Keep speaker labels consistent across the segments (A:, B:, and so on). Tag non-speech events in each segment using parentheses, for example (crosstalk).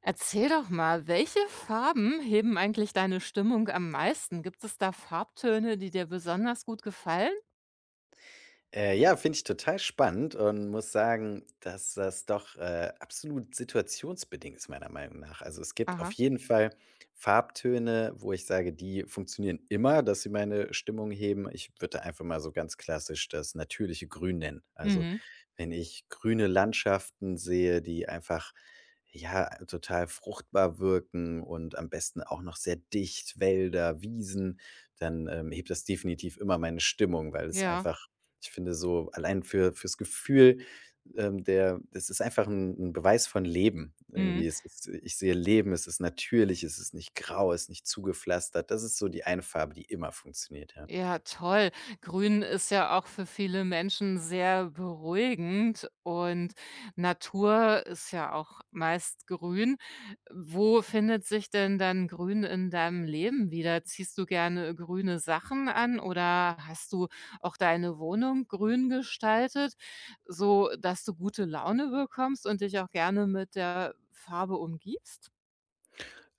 A: Erzähl doch mal, welche Farben heben eigentlich deine Stimmung am meisten? Gibt es da Farbtöne, die dir besonders gut gefallen?
B: Ja, finde ich total spannend und muss sagen, dass das doch, absolut situationsbedingt ist meiner Meinung nach. Also, es gibt auf
A: Aha.
B: jeden Fall Farbtöne, wo ich sage, die funktionieren immer, dass sie meine Stimmung heben. Ich würde einfach mal so ganz klassisch das natürliche Grün nennen. Also,
A: Mhm.
B: wenn ich grüne Landschaften sehe, die einfach, ja, total fruchtbar wirken und am besten auch noch sehr dicht, Wälder, Wiesen, dann, hebt das definitiv immer meine Stimmung, weil es
A: Ja.
B: einfach ich finde so allein fürs Gefühl, der das ist einfach 'n Beweis von Leben
A: Mhm.
B: irgendwie. Es ist ich sehe Leben, es ist natürlich, es ist nicht grau, es ist nicht zugepflastert. Das ist so die eine Farbe, die immer funktioniert, ja.
A: Ja, toll. Grün ist ja auch für viele Menschen sehr beruhigend, und Natur ist ja auch meist grün. Wo findet sich denn dann Grün in deinem Leben wieder? Ziehst du gerne grüne Sachen an, oder hast du auch deine Wohnung grün gestaltet, so, dass du gute Laune bekommst und dich auch gerne mit der Farbe umgibst?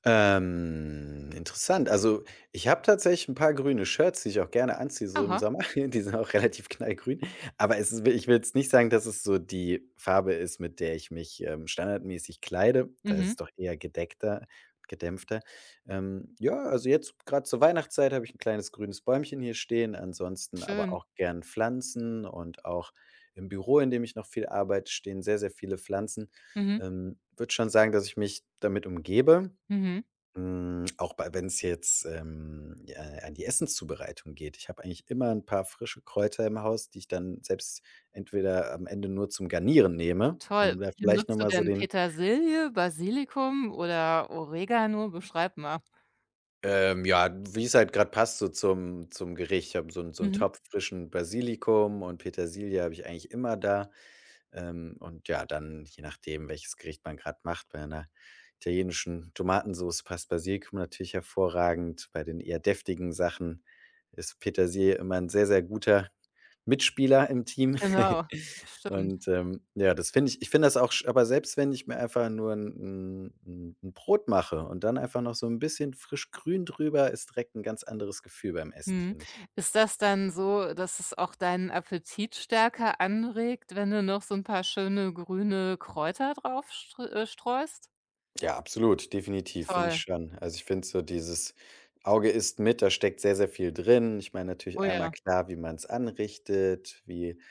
B: Interessant. Also, ich habe tatsächlich ein paar grüne Shirts, die ich auch gerne anziehe, so im
A: Aha,
B: Sommer. (laughs) Die sind auch relativ knallgrün. Aber es ist ich will jetzt nicht sagen, dass es so die Farbe ist, mit der ich mich, standardmäßig kleide. Da ist es
A: mhm,
B: doch eher gedeckter gedämpfter. Ja, also jetzt gerade zur Weihnachtszeit habe ich ein kleines grünes Bäumchen hier stehen, ansonsten aber
A: schön.
B: auch gern Pflanzen und auch im Büro, in dem ich noch viel arbeite, stehen sehr, sehr viele Pflanzen.
A: Mhm,
B: Würde schon sagen, dass ich mich damit umgebe.
A: mhm,
B: Hm, auch bei wenn es jetzt, ja, an die Essenszubereitung geht. Ich habe eigentlich immer ein paar frische Kräuter im Haus, die ich dann selbst entweder am Ende nur zum Garnieren nehme, um
A: toll.
B: da
A: Welche
B: vielleicht noch
A: nutzt du
B: mal so
A: denn?
B: den
A: Petersilie, Basilikum oder Oregano? Beschreib mal.
B: ja, wie es halt gerade passt so zum Gericht. Ich habe so 'n
A: Mhm,
B: Topf frischen Basilikum und Petersilie habe ich eigentlich immer da. Und ja, dann je nachdem, welches Gericht man gerade macht, bei einer italienischen Tomatensauce passt Basilikum natürlich hervorragend. Bei den eher deftigen Sachen ist Petersilie immer ein sehr, sehr guter Mitspieler im Team. (laughs)
A: genau, stimmt.
B: Und, ja, das finde ich ich finde das auch sch aber selbst wenn ich mir einfach nur ein 'n Brot mache und dann einfach noch so ein bisschen frisch grün drüber, ist direkt ein ganz anderes Gefühl beim Essen,
A: Mhm.
B: finde ich.
A: Ist das dann so, dass es auch deinen Appetit stärker anregt, wenn du noch so ein paar schöne grüne Kräuter drauf streust?
B: Ja, absolut, definitiv, finde
A: Toll.
B: ich schon. Also, ich finde so dieses Auge isst mit, da steckt sehr, sehr viel drin. Ich meine natürlich
A: Oh
B: einmal
A: ja.
B: klar, wie man es anrichtet, wie,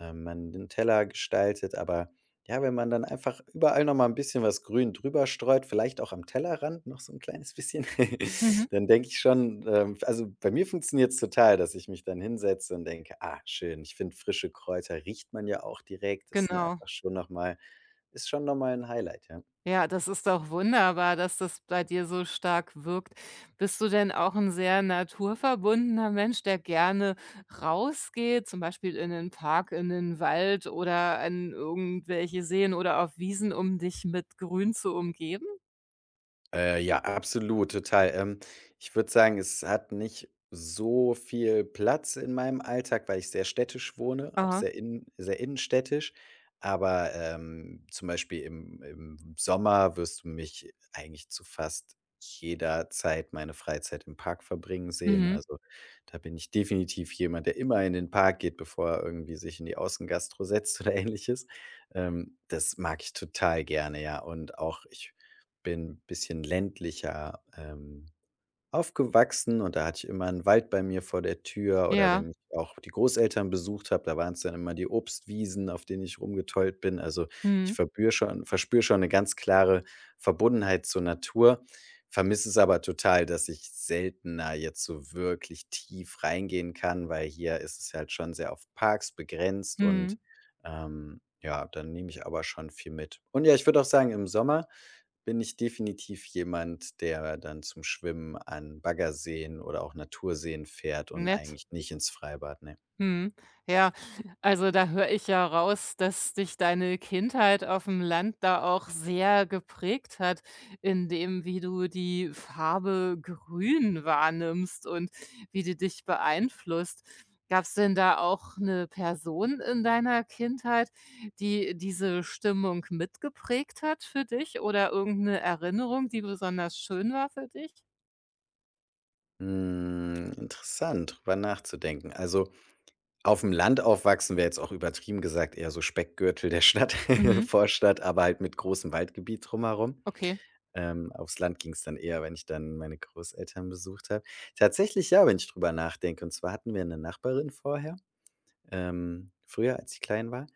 B: man den Teller gestaltet, aber ja, wenn man dann einfach überall noch mal ein bisschen was grün drüber streut, vielleicht auch am Tellerrand noch so ein kleines bisschen, (laughs)
A: Mhm,
B: dann denke ich schon, also, bei mir funktioniert's total, dass ich mich dann hinsetze und denke: „Ah, schön.“ Ich finde, frische Kräuter riecht man ja auch direkt. Das sind
A: genau.
B: einfach schon noch mal ist schon noch mal ein Highlight, ja.
A: Ja, das ist doch wunderbar, dass das bei dir so stark wirkt. Bist du denn auch ein sehr naturverbundener Mensch, der gerne rausgeht, zum Beispiel in den Park, in den Wald oder an irgendwelche Seen oder auf Wiesen, um dich mit Grün zu umgeben?
B: Ja, absolut, total. Ich würde sagen, es hat nicht so viel Platz in meinem Alltag, weil ich sehr städtisch wohne, auch
A: Aha.
B: sehr, in, sehr innenstädtisch. Aber zum Beispiel im Sommer wirst du mich eigentlich zu fast jeder Zeit meine Freizeit im Park verbringen sehen.
A: Mhm.
B: Also da bin ich definitiv jemand, der immer in den Park geht, bevor er irgendwie sich in die Außengastro setzt (laughs) oder ähnliches. Das mag ich total gerne, ja. Und auch ich bin 'n bisschen ländlicher, aufgewachsen und da hatte ich immer einen Wald bei mir vor der Tür oder
A: Ja.
B: wenn ich auch die Großeltern besucht habe, da waren es dann immer die Obstwiesen, auf denen ich rumgetollt bin. Also, ich
A: Mhm.
B: verbühr schon verspüre schon eine ganz klare Verbundenheit zur Natur, vermisse es aber total, dass ich seltener jetzt so wirklich tief reingehen kann, weil hier ist es halt schon sehr auf Parks begrenzt und,
A: Mhm.
B: ja, dann nehme ich aber schon viel mit. Und ja, ich würde auch sagen, im Sommer bin ich definitiv jemand, der dann zum Schwimmen an Baggerseen oder auch Naturseen fährt und
A: Nett.
B: eigentlich nicht ins Freibad, ne.
A: Mhm. Ja, also da höre ich ja raus, dass dich deine Kindheit auf dem Land da auch sehr geprägt hat in dem, wie du die Farbe grün wahrnimmst und wie die dich beeinflusst. Gab es denn da auch eine Person in deiner Kindheit, die diese Stimmung mitgeprägt hat für dich, oder irgendeine Erinnerung, die besonders schön war für dich?
B: Hm, interessant, drüber nachzudenken. Also, auf dem Land aufwachsen wäre jetzt auch übertrieben gesagt eher so Speckgürtel der Stadt, (laughs)
A: Mhm.
B: Vorstadt, aber halt mit großem Waldgebiet drumherum.
A: Okay.
B: Aufs Land ging es dann eher, wenn ich dann meine Großeltern besucht habe. Tatsächlich ja, wenn ich drüber nachdenke. Und zwar hatten wir eine Nachbarin vorher, früher, als ich klein war.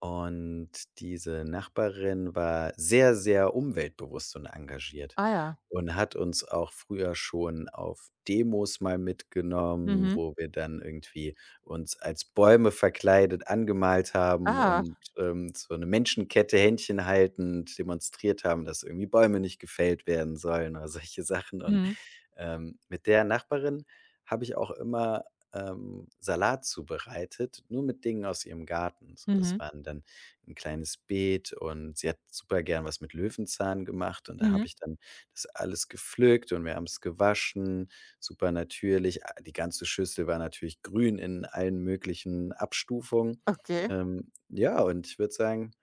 B: Und diese Nachbarin war sehr, sehr umweltbewusst und engagiert
A: Ah ja.
B: und hat uns auch früher schon auf Demos mal mitgenommen,
A: Mhm.
B: wo wir dann irgendwie uns als Bäume verkleidet angemalt haben
A: Ah.
B: und, so eine Menschenkette Händchen haltend demonstriert haben, dass irgendwie Bäume nicht gefällt werden sollen oder solche Sachen. Und
A: Mhm.
B: mit der Nachbarin habe ich auch immer, Salat zubereitet, nur mit Dingen aus ihrem Garten. So, das
A: Mhm.
B: waren dann ein kleines Beet und sie hat super gern was mit Löwenzahn gemacht und da habe
A: Mhm.
B: ich dann das alles gepflückt und wir haben es gewaschen, super natürlich. A die ganze Schüssel war natürlich grün in allen möglichen Abstufungen.
A: Okay.
B: Ja, und ich würde sagen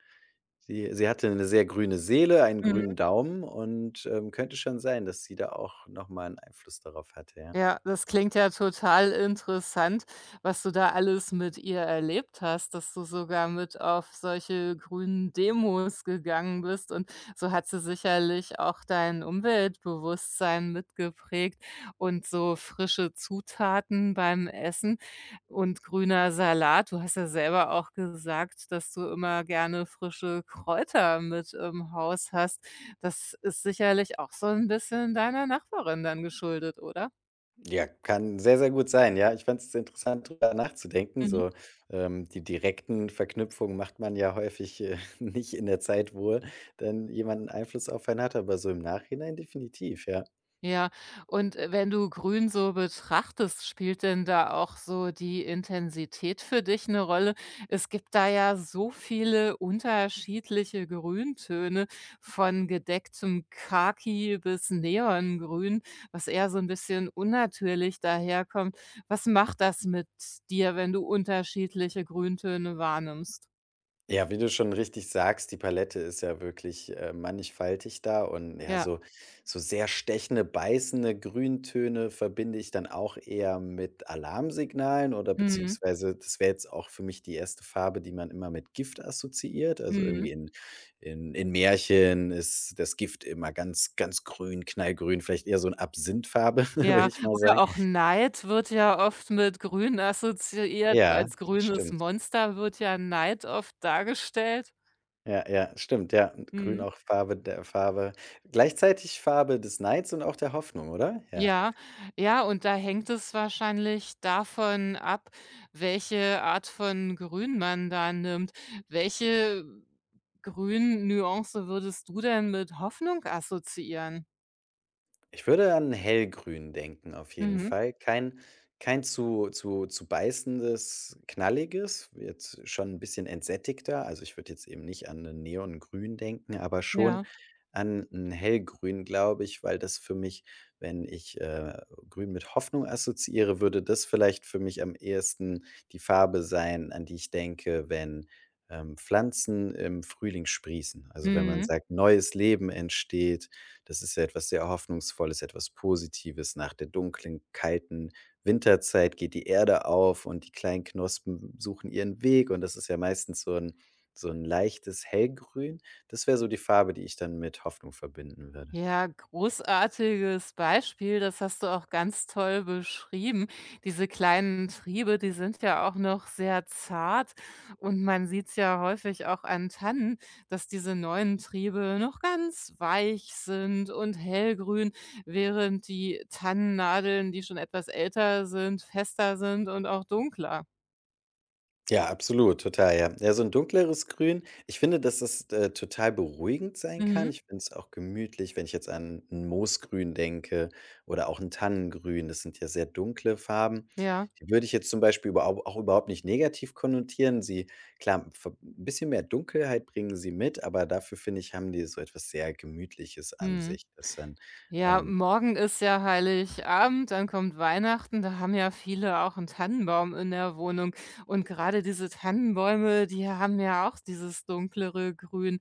B: sie hatte eine sehr grüne Seele, einen grünen
A: Mhm.
B: Daumen und, könnte schon sein, dass sie da auch noch mal 'n Einfluss darauf hatte, ja.
A: Ja, das klingt ja total interessant, was du da alles mit ihr erlebt hast, dass du sogar mit auf solche grünen Demos gegangen bist, und so hat sie sicherlich auch dein Umweltbewusstsein mitgeprägt, und so frische Zutaten beim Essen und grüner Salat. Du hast ja selber auch gesagt, dass du immer gerne frische Kräuter mit im Haus hast. Das ist sicherlich auch so ein bisschen deiner Nachbarin dann geschuldet, oder?
B: Ja, kann sehr, sehr gut sein, ja. Ich fand's interessant, darüber nachzudenken.
A: Mhm.
B: So, die direkten Verknüpfungen macht man ja häufig, (laughs) nicht in der Zeit, wo dann jemand 'n Einfluss auf einen hat, aber so im Nachhinein definitiv, ja.
A: Ja, und, wenn du grün so betrachtest, spielt denn da auch so die Intensität für dich eine Rolle? Es gibt da ja so viele unterschiedliche Grüntöne von gedecktem Khaki bis Neongrün, was eher so ein bisschen unnatürlich daherkommt. Was macht das mit dir, wenn du unterschiedliche Grüntöne wahrnimmst?
B: Ja, wie du schon richtig sagst, die Palette ist ja wirklich, mannigfaltig da und ja,
A: Ja.
B: so sehr stechende, beißende Grüntöne verbinde ich dann auch eher mit Alarmsignalen oder
A: Mhm.
B: beziehungsweise das wäre jetzt auch für mich die erste Farbe, die man immer mit Gift assoziiert. Also, irgendwie
A: Mhm.
B: in Märchen ist das Gift immer ganz, ganz grün, knallgrün, vielleicht eher so 'n Absinthfarbe, (laughs) würde
A: Ja,
B: ich mal
A: oder
B: sagen.
A: auch Neid wird ja oft mit Grün assoziiert.
B: Ja,
A: Als grünes
B: stimmt.
A: Monster wird ja Neid oft dargestellt.
B: Ja, ja, stimmt, ja. Und grün
A: Mhm.
B: auch Farbe der Farbe gleichzeitig Farbe des Neids und auch der Hoffnung, oder? Ja.
A: Ja, ja, und da hängt es wahrscheinlich davon ab, welche Art von Grün man da nimmt. Welche Grün-Nuance würdest du denn mit Hoffnung assoziieren?
B: Ich würde an hellgrün denken auf jeden
A: Mhm.
B: Fall. Kein zu beißendes, knalliges, jetzt schon ein bisschen entsättigter. Also, ich würde jetzt eben nicht an 'nen Neongrün denken, aber schon
A: Ja.
B: an ein hellgrün, glaube ich, weil das für mich, wenn ich, grün mit Hoffnung assoziiere, würde das vielleicht für mich am ehesten die Farbe sein, an die ich denke, wenn, Pflanzen im Frühling sprießen. Also, wenn man
A: Mhm.
B: sagt, neues Leben entsteht, das ist ja etwas sehr Hoffnungsvolles, etwas Positives. Nach der dunklen, kalten Winterzeit geht die Erde auf und die kleinen Knospen suchen ihren Weg. Und das ist ja meistens so ein leichtes Hellgrün. Das wäre so die Farbe, die ich dann mit Hoffnung verbinden würde.
A: Ja, großartiges Beispiel, das hast du auch ganz toll beschrieben. Diese kleinen Triebe, die sind ja auch noch sehr zart, und man sieht's ja häufig auch an Tannen, dass diese neuen Triebe noch ganz weich sind und hellgrün, während die Tannennadeln, die schon etwas älter sind, fester sind und auch dunkler.
B: Ja, absolut, total, ja. Ja, so 'n dunkleres Grün. Ich finde, dass das, total beruhigend sein kann.
A: Mhm.
B: Ich finde es auch gemütlich, wenn ich jetzt an 'n Moosgrün denke oder auch 'n Tannengrün. Das sind ja sehr dunkle Farben.
A: Ja.
B: Die würde ich jetzt zum Beispiel überhaupt nicht negativ konnotieren. Sie klar, ver 'n bisschen mehr Dunkelheit bringen sie mit, aber dafür, finde ich, haben die so etwas sehr Gemütliches an
A: Mhm.
B: sich. Das dann,
A: Ja,
B: ähm
A: morgen ist ja Heiligabend, dann kommt Weihnachten, da haben ja viele auch einen Tannenbaum in der Wohnung. Und gerade diese Tannenbäume, die haben ja auch dieses dunklere Grün.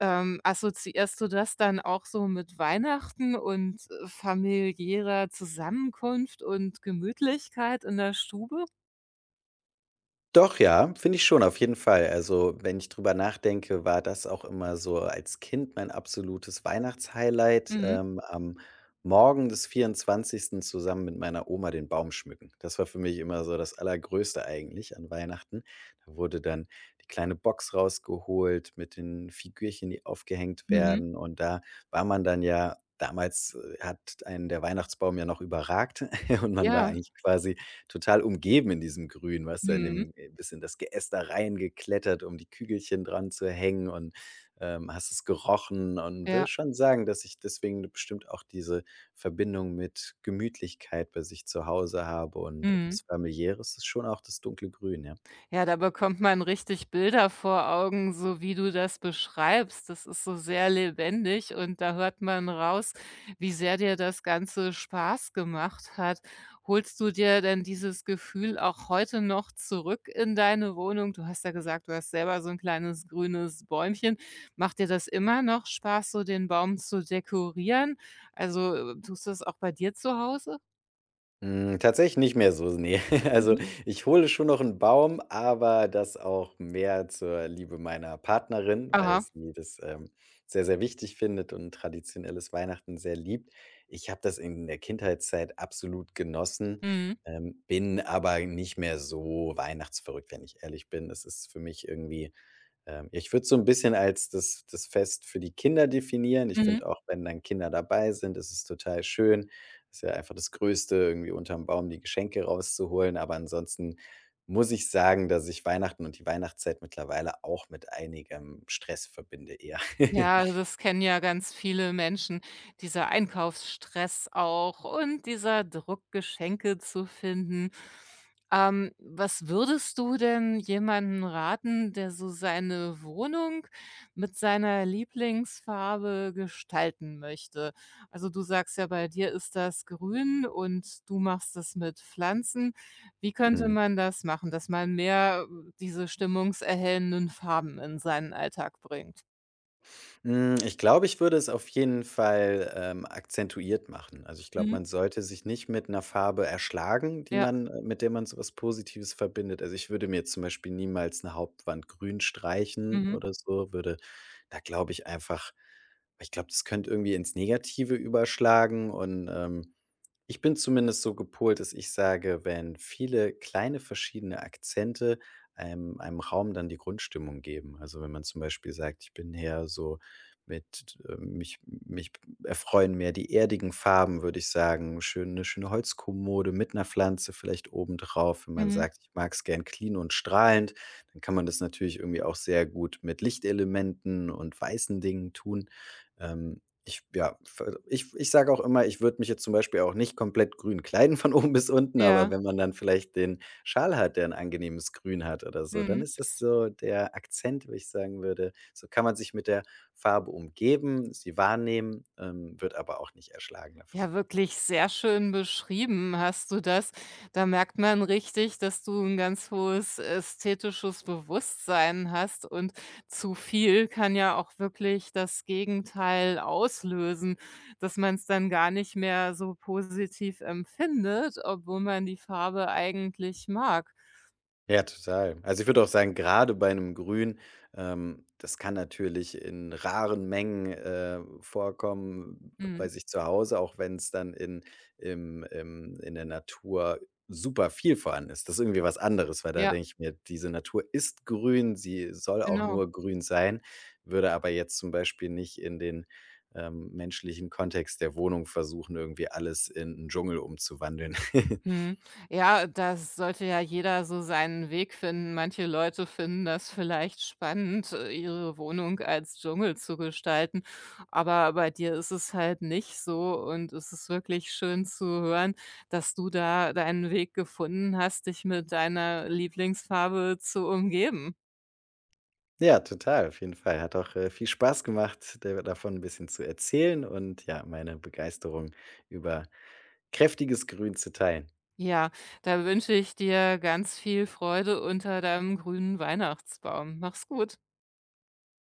A: Assoziierst du das dann auch so mit Weihnachten und, familiärer Zusammenkunft und Gemütlichkeit in der Stube?
B: Doch, ja, finde ich schon, auf jeden Fall. Also, wenn ich drüber nachdenke, war das auch immer so als Kind mein absolutes Weihnachtshighlight,
A: Mhm,
B: am Morgen des 24. zusammen mit meiner Oma den Baum schmücken. Das war für mich immer so das Allergrößte eigentlich an Weihnachten. Da wurde dann die kleine Box rausgeholt mit den Figürchen, die aufgehängt
A: mhm.
B: werden. Und da war man dann ja damals hat einen der Weihnachtsbaum ja noch überragt (laughs) und man war
A: Ja,
B: eigentlich quasi total umgeben in diesem Grün, weißt du, in
A: mhm.
B: dem bist das Geäst da reingeklettert, um die Kügelchen dran zu hängen und, hast es gerochen und will
A: Ja,
B: schon sagen, dass ich deswegen bestimmt auch diese Verbindung mit Gemütlichkeit bei sich zu Hause habe und
A: mhm.
B: etwas Familiäres ist schon auch das dunkle Grün, ja.
A: Ja, da bekommt man richtig Bilder vor Augen, so wie du das beschreibst. Das ist so sehr lebendig, und da hört man raus, wie sehr dir das Ganze Spaß gemacht hat. Holst du dir denn dieses Gefühl auch heute noch zurück in deine Wohnung? Du hast ja gesagt, du hast selber so ein kleines grünes Bäumchen. Macht dir das immer noch Spaß, so den Baum zu dekorieren? Also, tust du das auch bei dir zu Hause?
B: Hm, tatsächlich nicht mehr so, ne. (laughs) Also,
A: Mhm.
B: ich hole schon noch einen Baum, aber das auch mehr zur Liebe meiner Partnerin, weil
A: Aha.
B: sie das, sehr, sehr wichtig findet und traditionelles Weihnachten sehr liebt. Ich habe das in der Kindheitszeit absolut genossen,
A: Mhm.
B: bin aber nicht mehr so weihnachtsverrückt, wenn ich ehrlich bin. Es ist für mich irgendwie ich würde es so ein bisschen als das Fest für die Kinder definieren. Ich
A: Mhm.
B: finde auch, wenn dann Kinder dabei sind, ist es total schön. Ist ja einfach das Größte, irgendwie unterm Baum die Geschenke rauszuholen. Aber ansonsten muss ich sagen, dass ich Weihnachten und die Weihnachtszeit mittlerweile auch mit einigem Stress verbinde eher.
A: Ja,
B: (laughs)
A: also das kennen ja ganz viele Menschen, dieser Einkaufsstress auch und dieser Druck, Geschenke zu finden. Was würdest du denn jemandem raten, der so seine Wohnung mit seiner Lieblingsfarbe gestalten möchte? Also, du sagst ja, bei dir ist das grün und du machst das mit Pflanzen. Wie könnte
B: Mhm.
A: man das machen, dass man mehr diese stimmungserhellenden Farben in seinen Alltag bringt?
B: Hm, ich glaube, ich würde es auf jeden Fall, akzentuiert machen. Also, ich glaube, man sollte sich nicht mit einer Farbe erschlagen, die
A: Ja.
B: man mit der man so was Positives verbindet. Also, ich würde mir jetzt zum Beispiel niemals eine Hauptwand grün streichen
A: Mhm.
B: oder so, würde da glaube ich einfach ich glaube, das könnte irgendwie ins Negative überschlagen und, ich bin zumindest so gepolt, dass ich sage, wenn viele kleine verschiedene Akzente einem Raum dann die Grundstimmung geben. Also, wenn man zum Beispiel sagt: „Ich bin eher so mit mich erfreuen mehr die erdigen Farben“, würde ich sagen, schön 'ne schöne Holzkommode mit einer Pflanze vielleicht obendrauf. Wenn man
A: Mhm.
B: sagt: „Ich mag es gern clean und strahlend“, dann kann man das natürlich irgendwie auch sehr gut mit Lichtelementen und weißen Dingen tun. Ähm, ich ja, ver Ich sage auch immer, ich würde mich jetzt zum Beispiel auch nicht komplett grün kleiden von (laughs) oben bis unten, aber
A: Ja.
B: wenn man dann vielleicht den Schal hat, der ein angenehmes Grün hat oder so, dann
A: Mhm.
B: ist das so der Akzent, wo ich sagen würde, so kann man sich mit der Farbe umgeben, sie wahrnehmen, wird aber auch nicht erschlagen davon.
A: Ja, wirklich sehr schön beschrieben hast du das. Da merkt man richtig, dass du ein ganz hohes ästhetisches Bewusstsein hast, und zu viel kann ja auch wirklich das Gegenteil auslösen, dass man es dann gar nicht mehr so positiv empfindet, obwohl man die Farbe eigentlich mag.
B: Ja, total. Also, ich würde auch sagen, gerade bei einem Grün, das kann natürlich in raren Mengen, vorkommen bei
A: Mhm.
B: sich zu Hause, auch wenn es dann in im im in der Natur super viel vorhanden ist. Das ist irgendwie was anderes, weil da
A: Ja,
B: denke ich mir, diese Natur ist grün, sie soll auch
A: genau.
B: nur grün sein, würde aber jetzt zum Beispiel nicht in den, menschlichen Kontext der Wohnung versuchen, irgendwie alles in einen Dschungel umzuwandeln. (laughs)
A: Mhm. Ja, das sollte ja jeder so seinen Weg finden. Manche Leute finden das vielleicht spannend, ihre Wohnung als Dschungel zu gestalten, aber bei dir ist es halt nicht so, und es ist wirklich schön zu hören, dass du da deinen Weg gefunden hast, dich mit deiner Lieblingsfarbe zu umgeben.
B: Ja, total, auf jeden Fall. Hat auch, viel Spaß gemacht, da davon ein bisschen zu erzählen und ja, meine Begeisterung über kräftiges Grün zu teilen.
A: Ja, da wünsche ich dir ganz viel Freude unter deinem grünen Weihnachtsbaum. Mach's gut.